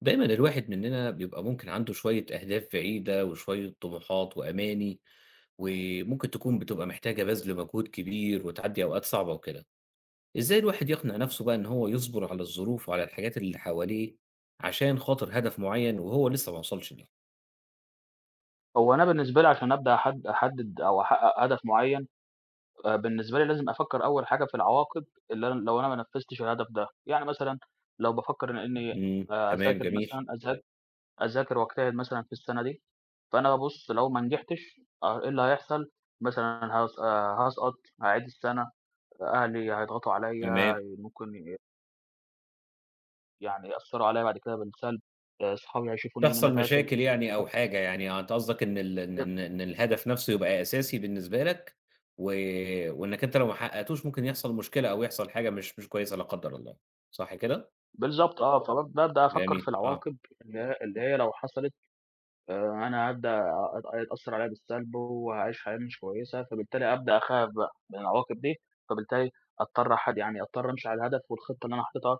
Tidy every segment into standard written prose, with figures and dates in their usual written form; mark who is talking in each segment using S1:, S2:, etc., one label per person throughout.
S1: دايمًا الواحد مننا بيبقى ممكن عنده شوية أهداف بعيدة وشوية طموحات وأماني، وممكن تكون بتبقى محتاجة بَذْل مجهود كبير وتعدّي أوقات صعبة وكده. إزاي الواحد يقنع نَفْسه بقى إن هو يصبر على الظروف وعلى الحاجات اللي حواليه عشان خاطر هدف معيّن وهو لسه ما وصلش ليه؟
S2: هو أنا بالنسبة لي عشان أبدأ أحدد أو أحقق هدف معين، بالنسبة لي لازم أفكر أول حاجة في العواقب اللي أنا لو أنا ما نفذتش الهدف ده، يعني مثلًا لو بافكر إن إني
S1: إمم، تمام،
S2: أذاكر
S1: جميل،
S2: مثلًا أذاكر وأجتهد مثلًا في السنة دي، فأنا بابُص لو ما نجحتش، إيه اللي هيحصل، مثلًا هاسقط، هاعيد السنة، أهلي هيضغطوا عليَّ،
S1: تمام.
S2: ممكن يعني يأثّروا عليَّ بعد كده بالسلب، صحابي هيشوفوني إن أنا
S1: تحصل
S2: فاشل.
S1: مشاكل يعني أو حاجة، يعني آه، أنت قصدك إن ال إن إن إن الهدف نفسه يبقى أساسي بالنسبة لك، و وإنك أنت لو ما حققتوش ممكن يحصل مشكلة أو يحصل حاجة مش كويسة لا قدر الله، صح كده؟
S2: بالضبط آه، فبابدأ أفكّر
S1: جميل،
S2: في
S1: آه،
S2: العواقب اللي هي لو حصلت، أنا هابدأ أ هيتأثّر عليّا بالسلب وهاعيش حياة مش كويسة، فبالتالي أبدأ أخاف بقى من العواقب دي، فبالتالي أضطر أحد يعني أضطر أمشي على الهدف والخطة اللي أنا حاططها،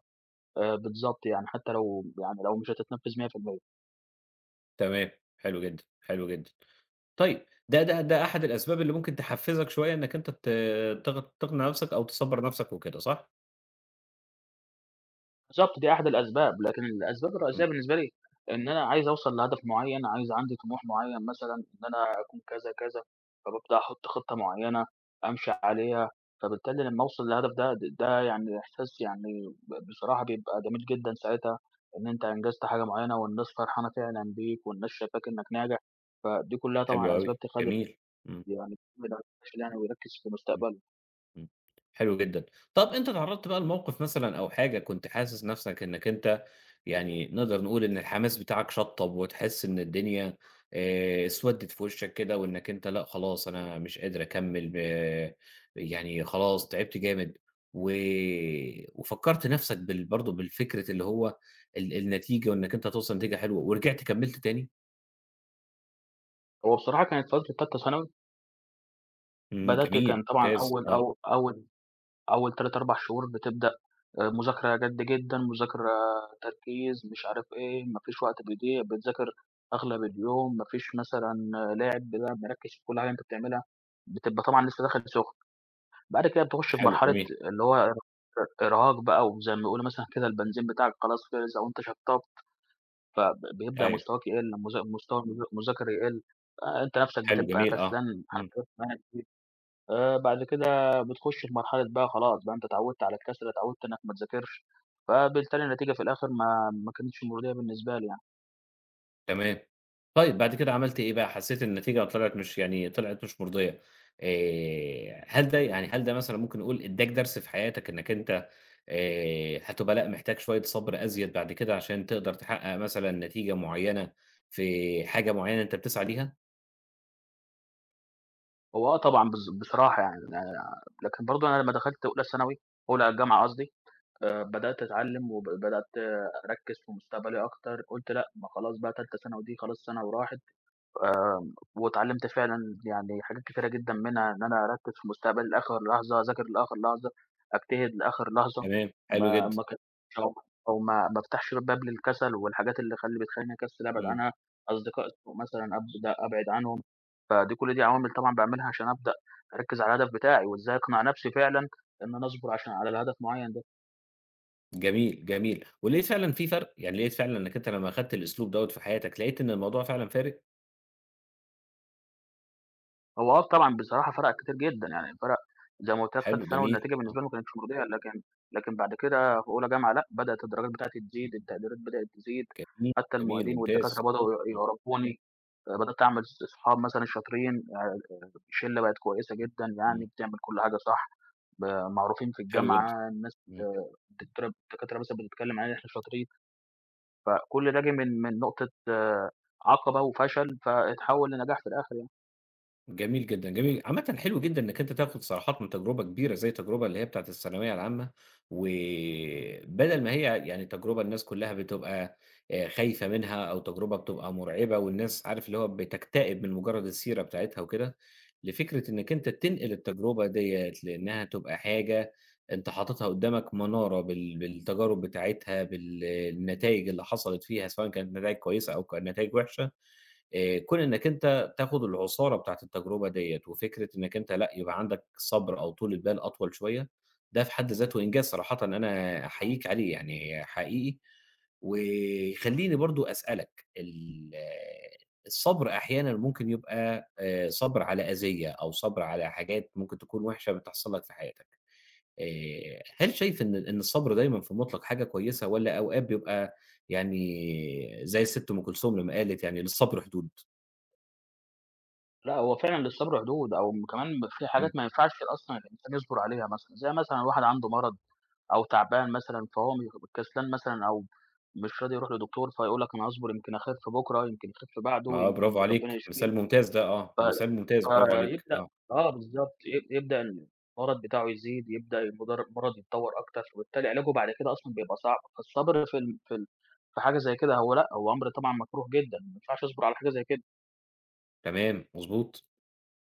S2: بالضبط يعني، حتى لو يعني لو مش هتتنفّذ 100%.
S1: تمام، حلو جدًا، حلو جدًا. طيب ده أحد الأسباب اللي ممكن تحفزك شوية إنك أنت ت تق تقنع نفسك أو تصبّر نفسك وكده، صح؟
S2: بالضبط، دي أحد الأسباب، لكن الأسباب الرئيسية
S1: إمم،
S2: بالنسبة لي إن أنا عايز أوصل لهدف معيّن، عايز عندي طموح معيّن مثلًا إن أنا أكون كذا، كذا، فبابدأ أحُط خطة معيّنة أمشي عليها، فبالتالي لمّا أوصل للهدف ده يعني إحساس يعني بصراحة بيبقى جميل جدًا ساعتها، إن أنت أنجزت حاجة معيّنة والناس فرحانة فعلًا بيك والناس شايفاك إنّك ناجح، فدي كُلّها
S1: حلو
S2: طبعًا أسباب
S1: أوي،
S2: تخلّي
S1: جميل، إمم،
S2: يعني الواحد يفشل يعني ويركّز في
S1: إمم.
S2: مستقبله.
S1: إمم، حلو جدًا. طب أنت اتعرّضت بقى لموقف مثلًا أو حاجة كنت حاسس نَفْسك إنّك أنت يعني نقدر نقول إن الحماس بتاعك شطّب وتحس إن الدنيا اسودِّت في وشّك كده وإنّك أنت لأ خلاص أنا مش قادر أكمّل يعني خلاص تعبت جامد و وفكّرت نَفْسك برضه بالفكرة اللي هو النتيجة وإنّك أنت هتوصل لنتيجة حلوة ورجعت كمّلت تاني؟
S2: هو بصراحة كانت فترة تالتة ثانوي
S1: إمم،
S2: بدأت،
S1: جميل،
S2: كان طبعًا
S1: ممتاز،
S2: أول
S1: آه،
S2: أو أول أول 3، 4 شهور بتبدأ مذاكرة جدًا، مذاكرة تركيز، مش عارف إيه، ما فيش وقت بيضيع، بتذاكر أغلب اليوم، ما فيش مثلًا لعب، لأ مركّز في كل حاجة أنت بتعملها، بتبقى طبعًا لسه داخل سخن. بعد كده بتخش في
S1: حلو،
S2: مرحلة
S1: جميل،
S2: اللي هو إرهاق بقى، وزي ما بيقولوا مثلًا كده البنزين بتاعك خلاص خلص أو أنت شطّبت، فبيبدأ
S1: أيوه،
S2: مستواك يقل، مستوى المذاكرة يقل، أنت نَفْسك
S1: حلو،
S2: بتبقى
S1: جميل، آه،
S2: كسلان عن
S1: إمم.
S2: حاجات. بعد كده بتخُش في مرحلة بقى خلاص بقى أنت اتعوّدت على الكسل، اتعوّدت إنّك ما تذاكرش، فبالتالي النتيجة في الآخر ما كانتش مرضية بالنسبة لي يعني.
S1: تمام. طيب بعد كده عملتِ إيه بقى؟ حسّيتِ إن النتيجة طلعت مش مرضية، هل يعني هل ده مثلًا ممكن نقول ادّاك درس في حياتك إنّك أنت هتبقى لأ محتاج شوية صبر أزيد بعد كده عشان تقدر تحقق مثلًا نتيجة معيّنة في حاجة معيّنة أنت بتسعى ليها؟
S2: هو آه طبعًا بصراحة يعني أنا، لكن برضه أنا لمّا دخلت أولى ثانوي، أولى الجامعة قصدي، بدأت أتعلّم وب بدأت أركّز في مستقبلي أكتر، قُلت لأ، ما خلاص بقى تالتة ثانوي دي خلاص سَنة وراحت. واتعلّمت فعلًا يعني حاجات كتيرة جدًا منها إن أنا أركّز في مستقبلي لآخر لحظة، أذاكر لآخر لحظة، أجتهد لآخر لحظة،
S1: تمام، حلو
S2: ما
S1: جدًا،
S2: ما ك- أو أو ما ما أفتحش باب للكسل والحاجات اللي بتخلّيني أكسّل أبعد
S1: إمم،
S2: عنها، أصدقاء سوء مثلًا أبدأ أبعد عنهم، فدي كل دي عوامل طبعًا باعملها عشان أبدأ أركّز على الهدف بتاعي، وإزاي أقنع نَفْسي فعلًا إن أنا أصبر على الهدف معيّن ده.
S1: جميل، جميل. ولقيت فعلًا في فرق؟ يعني لقيت فعلًا إنّك أنت لمّا أخدت الأسلوب دوّة في حياتك لقيت إن الموضوع فعلًا فارق؟
S2: هو آه طبعًا بصراحة فرَق كتير جدًا، يعني فرَق زي ما قُلت لك في
S1: حلو،
S2: تالتة ثانوي
S1: جميل،
S2: النتيجة
S1: آه،
S2: بالنسبة لي ما كانتش مرضية، لكن لكن بعد كده في أولى جامعة لأ، بدأت الدرجات بتاعتي تزيد، التقديرات بدأت تزيد،
S1: جميل،
S2: حتى
S1: جميل،
S2: المعيدين والدكاترة
S1: ممتاز.
S2: بدأوا ي
S1: إمم،
S2: يعرفوني، بدأت أعمل صحاب مثلًا شاطرين، يعني الشلة بقت كويسة جدًا
S1: إمم،
S2: يعني بتعمل كل حاجة صح، ب معروفين في
S1: حلو جدًا،
S2: الجامعة، الناس
S1: إمم.
S2: آه، الدكاترة مثلًا بتتكلم علينا إن إحنا شاطرين، فكل ده جِه من نقطة آه، عقبة وفشل، فاتحوّل لنجاح في الآخر يعني.
S1: جميل جدًا، جميل. عامةً حلو جدًا إنّك أنت تاخد صراحات من تجربة كبيرة زي التجربة اللي هي بتاعة الثانوية العامة، وبدل ما هي يعني تجربة الناس كلّها بتبقى خايفة منها أو تجربة بتبقى مرعبة والناس عارف اللي هو بتكتئب من مجرّد السيرة بتاعتها وكده، لفكرة إنّك أنت تنقل التجربة ديّة لإنّها تبقى حاجة أنت حاططها قدّامك منارة بالتجارب بتاعتها، بالنتايج اللي حصلت فيها سواء كانت نتايج كويسة أو نتايج وحشة، كون إنّك أنت تاخد العُصارة بتاعة التجربة ديّة، وفكرة إنّك أنت لأ، يبقى عندك صبر أو طولة بال أطول شوية، ده في حد ذاته إنجاز صراحةً أنا أحييك عليه يعني حقيقي، ويخلّيني برضه أسألك الصبر أحيانًا ممكن يبقى صبر على أذية أو صبر على حاجات ممكن تكون وِحشة بتحصل لك في حياتك، هل شايف إن الصبر دايمًا في المطلق حاجة كويسة والّا أوقات بيبقى يعني زي السِت أم كلثوم لمّا قالت يعني للصبر حدود؟
S2: لأ، هو فعلًا للصبر حدود، أو كمان في حاجات
S1: إمم.
S2: ما ينفعش أصلًا الإنسان يصبر عليها مثلًا، زي مثلًا واحد عنده مرض أو تعبان مثلًا، فهو كسلان مثلًا أو مش راضي يروح لدكتور، فيقول لك أنا هاصبر يمكن أخف بكرة، يمكن أخف بعده،
S1: ما آه،
S2: يمكن
S1: برافو
S2: ربنا
S1: عليك،
S2: يشفيه،
S1: مثال ممتاز ده آه،
S2: ف
S1: مثال ممتاز برافو عليك،
S2: فيبدأ
S1: آه،
S2: آه بالضبط، يبدأ المرض بتاعه يزيد، يبدأ المرض يتطور أكتر، فبالتالي علاجه بعد كده أصلًا بيبقى صعب، فالصبر في حاجة زي كده هو لأ، هو أمر طبعًا مكروه جدًا، ما ينفعش أصبر على حاجة زي كده،
S1: تمام، مضبوط،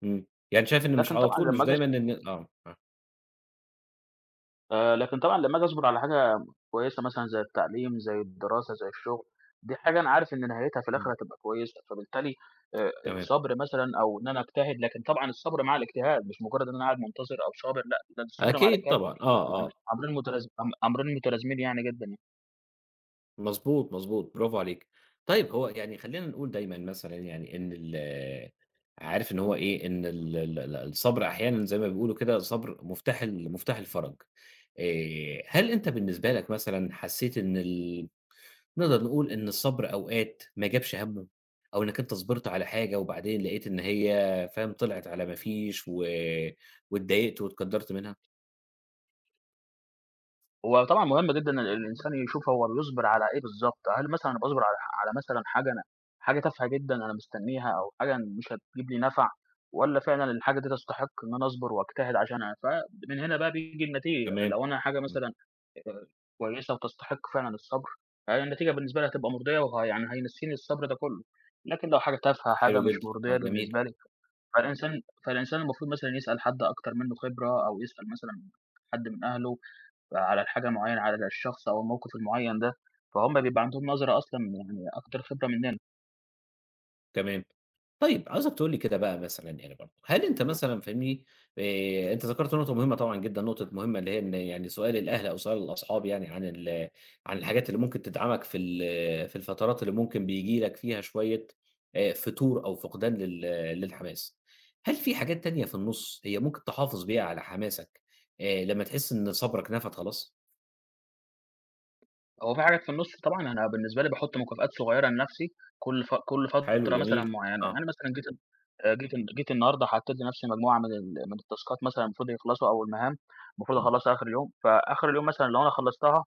S1: إمم، يعني شايف إن مش
S2: لكن
S1: على
S2: طبعًا
S1: طول مش
S2: لمّا
S1: دايمًا
S2: آجي
S1: إن آه، آه،
S2: لكن طبعًا لمّا آجي أصبر على حاجة كويسة مثلًا زي التعليم، زي الدراسة، زي الشغل، دي حاجة أنا عارف إن نهايتها في الآخر
S1: إمم،
S2: هتبقى كويسة، فبالتالي آآ
S1: تمام،
S2: الصبر مثلًا أو إن أنا أجتهد، لكن طبعًا الصبر مع الاجتهاد، مش مجرّد إن أنا قاعد منتظر أو صابر لأ، ده الصبر مع
S1: أكيد
S2: الاجتهاد
S1: طبعًا، آه،
S2: يعني
S1: آه،
S2: أمرين متلازمين يعني جدًا يعني.
S1: مضبوط، مضبوط، برافو عليك، طيب هو يعني خلّينا نقول دايمًا مثلًا يعني إن ال عارف إن هو إيه، إن ال ال ال الصبر أحيانًا زي ما بيقولوا كده الصبر مفتاح مفتاح الفرج، هل أنت بالنسبة لك مثلًا حسيت إن ال نقدر نقول إن الصبر أوقات ما جابش همّه، أو إنّك أنت صبرت على حاجة وبعدين لقيت إن هي فاهم، طلعت على ما فيش واتضايقت واتقدّرت منها،
S2: هو طبعًا مهم جدًا إن الإنسان يشوف هو بيصبر على إيه بالضبط، هل مثلًا أنا باصبر على مثلًا حاجة تافهة جدًا أنا مستنيها أو حاجة مش هتجيب لي نفع، والّا فعلًا الحاجة دي تستحق إن أنا أصبر وأجتهد عشانها، فمن هنا بقى بييجي النتيجة.
S1: تمام،
S2: لو أنا حاجة
S1: إمم،
S2: مثلًا آآ كويسة وتستحق فعلًا الصبر، فهي النتيجة بالنسبة لي هتبقى مرضية، يعني هينسيني الصبر ده كُلّه، لكن لو حاجة تافهة، حاجة
S1: حلو
S2: مش
S1: جدًا، آه
S2: مرضية
S1: جميل.
S2: بالنسبة لي، فالإنسان المفروض مثلًا يسأل حد أكتر منّه خبرة أو يسأل مثلًا حد من أهله على الحاجة المعيّنة، على الشخص أو الموقف المعيّن ده، فهُم بيبقى عندهم نظرة أصلًا يعني أكتر خبرة مننا.
S1: تمام. طيب عاوزك تقول لي كده بقى مثلًا يعني برضه، هل أنت مثلًا فاهمني، أنت ذكرت نقطة مهمة طبعًا جدًا، نقطة مهمة اللي هي إن يعني سؤال الأهل أو سؤال الأصحاب يعني عن الحاجات اللي ممكن تدعمك في الفترات اللي ممكن بييجي لك فيها شوية فتور أو فقدان للحماس. هل في حاجات تانية في النُص هي ممكن تحافظ بيها على حماسك لمّا تحس إن صبرك نفد خلاص؟
S2: هو في حاجات في النُص طبعًا أنا بالنسبة لي باحُط مكافآت صغيّرة لنَفْسي كل
S1: حلو،
S2: فترة مثلًا
S1: جميل،
S2: معيّنة،
S1: آه.
S2: يعني مثلًا جيت النهارده حطّيت لنَفْسي مجموعة من ال، من التاسكات مثلًا المفروض يخلصوا أو المهام المفروض أخلّصها آخِر اليوم، فآخِر اليوم مثلًا لو أنا خلّصتها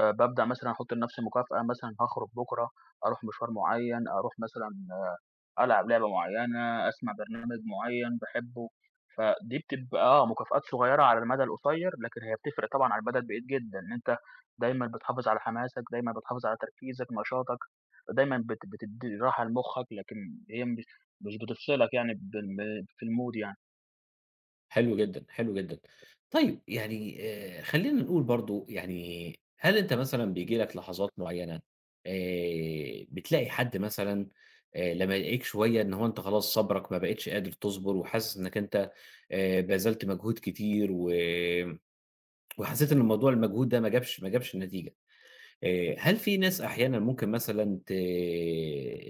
S2: بابدأ مثلًا أحُط لنَفْسي مكافأة مثلًا هاخرج بكرة، أروح مشوار معيّن، أروح مثلًا ألعب لعبة معيّنة، أسمع برنامج معيّن باحبه، فدي بتبقى آه، مكافآت صغيّرة على المدى القصيّر، لكن هي بتفرق طبعًا على المدى البعيد جدًا، إن أنت دايمًا بتحافظ على حماسك، دايمًا بتحافظ على تركيزك، نشاطك، دايمًا بتدّي راحة لمخّك، لكن هي مش بتفصلك يعني في الmood يعني.
S1: حلو جدًا، حلو جدًا. طيب يعني خلّينا نقول برضه يعني هل أنت مثلًا بييجي لك لحظات معيّنة بتلاقي حد مثلًا لمّا يلاقيك شوية إن هو أنت خلاص صبرك ما بقيتش قادر تصبر وحاسس إنّك أنت بذلت مجهود كتير وحسيت إن المجهود ده ما جابش النتيجة، هل في ناس أحيانًا ممكن مثلًا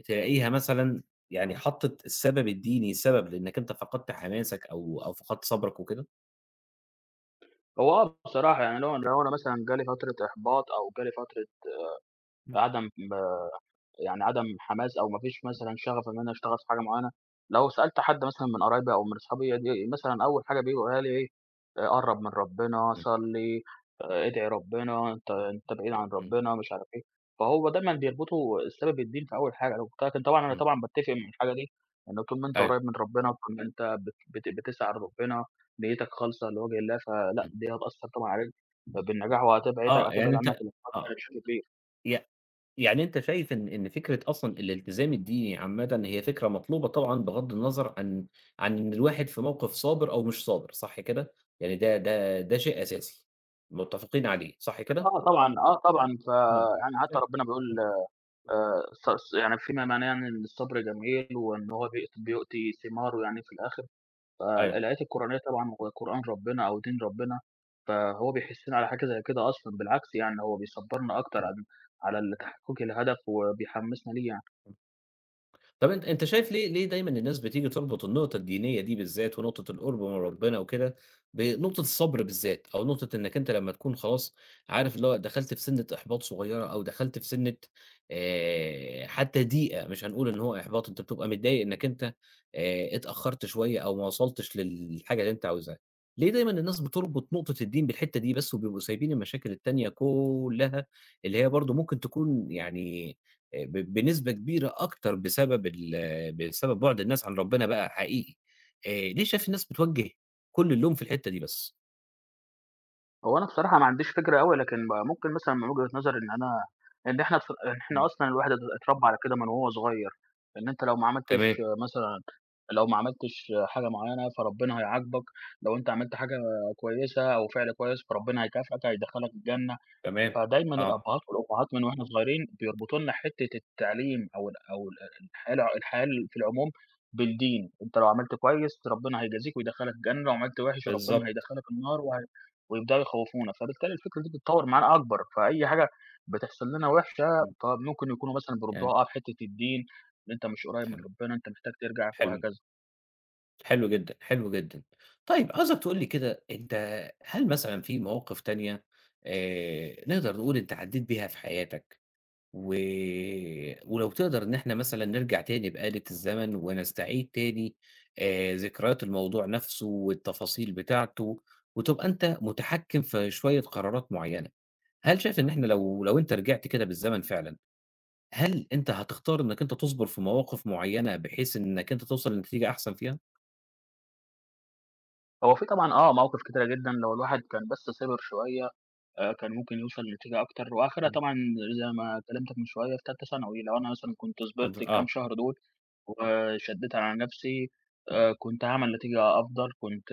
S1: تلاقيها مثلًا يعني حطّت السبب الديني سبب لإنّك أنت فقدت حماسك أو فقدت صبرك وكده؟
S2: هو آه، بصراحة يعني لو لو أنا مثلًا جالي فترة إحباط أو جالي فترة عدم، يعني عدم حماس أو ما فيش مثلًا شغف إن أنا أشتغل في حاجة معيّنة، لو سألت حد مثلًا من قرايبي أو من أصحابي دي مثلًا أول حاجة بيقولها لي إيه، قرّب من ربنا،
S1: إمم،
S2: صلّي، ادعي ربنا، أنت بعيد عن
S1: إمم،
S2: ربنا، مش عارف إيه، فهو دايمًا بيربطوا السبب الدين في أول حاجة، أنا قُلت لك إن طبعًا أنا
S1: إمم،
S2: طبعًا باتّفق مع الحاجة دي، إن طول ما أنت
S1: أيوه،
S2: قريّب من ربنا، طول ما أنت بت بت بتسعى لربنا، نيّتك خالصة لوجه الله، فلأ
S1: إمم،
S2: دي هتأثّر طبعًا عليك بالنجاح، وهتبعدك
S1: آه
S2: هتبعد
S1: يعني
S2: عنك
S1: أنت
S2: الأشخاص
S1: آه،
S2: يعني بشكل كبير.
S1: ي يعني أنت شايف إن فكرة أصلًا الالتزام الديني عامةً هي فكرة مطلوبة طبعًا بغض النظر عن إن الواحد في موقف صابر أو مش صابر، صح كده؟ يعني ده شيء أساسي، متفقين عليه، صح كده؟
S2: آه طبعًا، آه طبعًا،
S1: آه،
S2: فيعني حتى
S1: أ
S2: ربنا بيقول
S1: إمم،
S2: ص ص يعني فيما معناه يعني إن الصبر جميل وإن هو بيؤتي ثماره يعني في الآخر،
S1: أيوه،
S2: فالآيات القرآنية طبعًا هو قرآن ربنا أو دين ربنا، فهو بيحسّنا على حاجة زي كده أصلًا، بالعكس يعني هو بيصبّرنا أكتر
S1: إمم.
S2: على تحقيق الهدف وبيحمّسنا ليه يعني.
S1: إمم. طب أنت شايف ليه دايمًا الناس بتيجي تربط النقطة الدينية دي بالذات ونقطة القرب من ربنا وكده، بنقطة الصبر بالذات، أو نقطة إنك أنت لمّا تكون خلاص عارف اللي هو دخلت في سِنّة إحباط صغيرة أو دخلت في سِنّة حتى ضيقة، مش هنقول إن هو إحباط، أنت بتبقى متضايق إنك أنت اتأخرت شوية أو ما وصلتش للحاجة اللي أنت عاوزها. ليه دايمًا الناس بتربط نقطة الدين بالحتة دي بس وبيبقوا سايبين المشاكل التانية كلّها اللي هي برضه ممكن تكون يعني ب بنسبة كبيرة أكتر بسبب بسبب بُعد الناس عن ربنا بقى حقيقي. ليه شايف الناس بتوجّه كل اللوم في الحتّة دي بس؟
S2: هو أنا بصراحة ما عنديش فكرة أوي، لكن ممكن مثلًا من وجهة نظري إن أنا، إن إحنا
S1: إمم.
S2: أصلًا الواحد اتربى على كده من وهو صغير، إن أنت لو ما عملتش
S1: تمام،
S2: مثلًا، لو ما عملتش حاجة معيّنة فربنا هيعاقبك، لو أنت عملت حاجة كويسة أو فعل كويس فربنا هيكافئك، هيدخّلك الجنة.
S1: تمام،
S2: فدايمًا
S1: آه،
S2: الأبهات والأمهات من وإحنا صغيرين بيربطوا لنا حتّة التعليم أو الحياة في العموم بالدين، أنت لو عملت كويس ربنا هيجازيك ويدخّلك الجنة، وعملت وِحِش ربنا
S1: بالضبط.
S2: هيدخّلك النار ويبدأوا يخوّفونا، فبالتالي الفكرة دي بتتطوّر معانا أكبر، فأي حاجة بتحصل لنا وِحشة
S1: إمم.
S2: طب ممكن يكونوا مثلًا
S1: يعني
S2: بيربطوها آه بحتّة الدين، إن أنت مش قريّب من
S1: تمام،
S2: ربنا، أنت محتاج ترجع
S1: حلو،
S2: وهكذا.
S1: حلو جدًا، حلو جدًا. طيب عاوزك تقول لي كده أنت هل مثلًا في مواقف تانية نقدر نقول أنت عدّيت بيها في حياتك و ولو تقدر إن إحنا مثلًا نرجع تاني بآلة الزمن ونستعيد تاني ذكريات الموضوع نفسه والتفاصيل بتاعته، وتبقى أنت متحكم في شوية قرارات معيّنة. هل شايف إن إحنا لو أنت رجعت كده بالزمن فعلًا، هل أنت هتختار إنّك أنت تصبر في مواقف معيّنة بحيث إنّك أنت توصل لنتيجة أحسن فيها؟
S2: هو في طبعًا آه، مواقف كتيرة جدًا لو الواحد كان بس صِبِر شوية كان ممكن يوصل لنتيجة أكتر، وآخرها
S1: إمم.
S2: طبعًا زي ما كلمتك من شوية في تالتة ثانوي، لو أنا مثلًا كنت
S1: طب
S2: صبرت الكام
S1: آه،
S2: شهر دول وشدّيت على نَفْسي كنت هاعمل نتيجة أفضل، كنت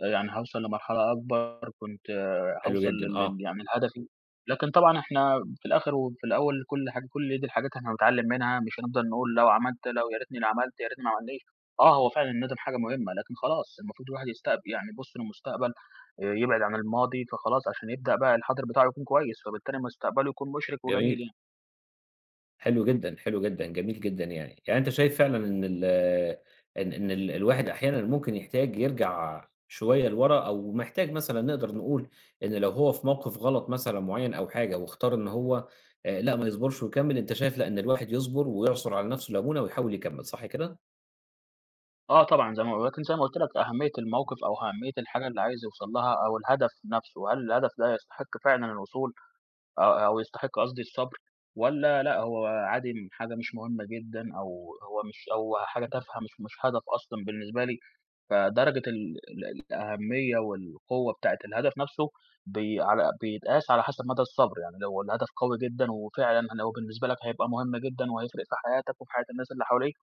S2: يعني هاوصل لمرحلة أكبر، كنت
S1: حلو
S2: هاوصل
S1: جدًا،
S2: لل
S1: آه،
S2: لل يعني لهدفي، لكن طبعًا إحنا في الآخر وفي الأول كل حاجة كل دي الحاجات إحنا بنتعلّم منها، مش هنفضل نقول لو عملت، لو يا ريتني اللي عملت، يا ريتني ما عملناش. آه، هو فعلًا الندم حاجة مهمة، لكن خلاص المفروض الواحد يعني يبُص للمستقبل، يبعد عن الماضي، فخلاص عشان يبدأ بقى الحاضر بتاعه يكون كويس، فبالتالي مستقبله يكون مشرق وجميل
S1: جميل.
S2: يعني.
S1: حلو جدًا، حلو جدًا، جميل جدًا يعني. يعني أنت شايف فعلًا إن ال إن إن ال الواحد أحيانًا ممكن يحتاج يرجع شوية لورا أو محتاج مثلًا نقدر نقول إن لو هو في موقف غلط مثلًا معيّن أو حاجة واختار إن هو لأ ما يصبرش ويكمّل، أنت شايف لأ، إن الواحد يصبر ويعصر على نَفْسه ليمونة ويحاول يكمّل، صح كده؟
S2: آه طبعًا زي ما، لكن زي ما قُلت لك أهمية الموقف أو أهمية الحاجة اللي عايز يوصل لها أو الهدف نَفْسه، هل الهدف ده يستحق فعلًا الوصول؟ آه، أو يستحق قصدي الصبر، والّا لأ هو عادي، حاجة مش مهمة جدًا أو هو مش أو حاجة
S1: إمم.
S2: تافهة مش هدف أصلًا بالنسبة لي، فدرجة ال، الأهمية والقوة بتاعة الهدف نَفْسه بي على بيتقاس على حسب مدى الصبر، يعني لو الهدف قوي جدًا وفعلًا لو بالنسبة لك هيبقى مهم جدًا وهيفرق في حياتك وفي حياة الناس اللي حواليك،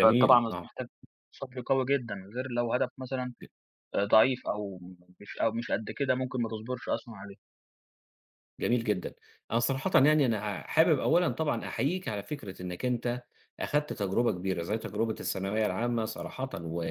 S2: فطبعًا
S1: آه.
S2: محتاج صبر قوي جدًا، غير لو هدف مثلًا ضعيف أو مش قد كده ممكن ما تصبرش أصلًا عليه.
S1: جميل جدًا. أنا صراحةً يعني أنا حابب أولًا طبعًا أحييك على فكرة إنك أنت أخدت تجربة كبيرة زي تجربة الثانوية العامة صراحةً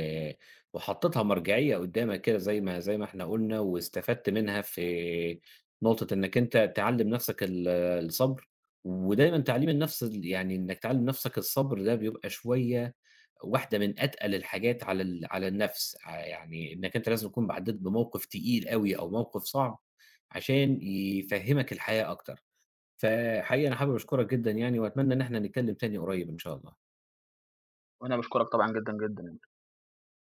S1: وحطيتها مرجعية قدّامك كده زي ما إحنا قُلنا واستفدت منها في نقطة إنك أنت تعلِّم نَفْسك الصبر، ودايمًا تعليم النَفْس يعني إنك تعلِّم نَفْسك الصبر ده بيبقى شوية واحدة من أتقل الحاجات على على النَفْس، يعني إنك أنت لازم تكون عدّيت بموقف تقيل أوي أو موقف صعب عشان يفهّمك الحياة أكتر. فحقيقي أنا حابب أشكرك جدًا يعني وأتمنى إن إحنا نتكلّم تاني قريب إن شاء الله.
S2: وأنا باشكرك طبعًا جدًا، جدًا.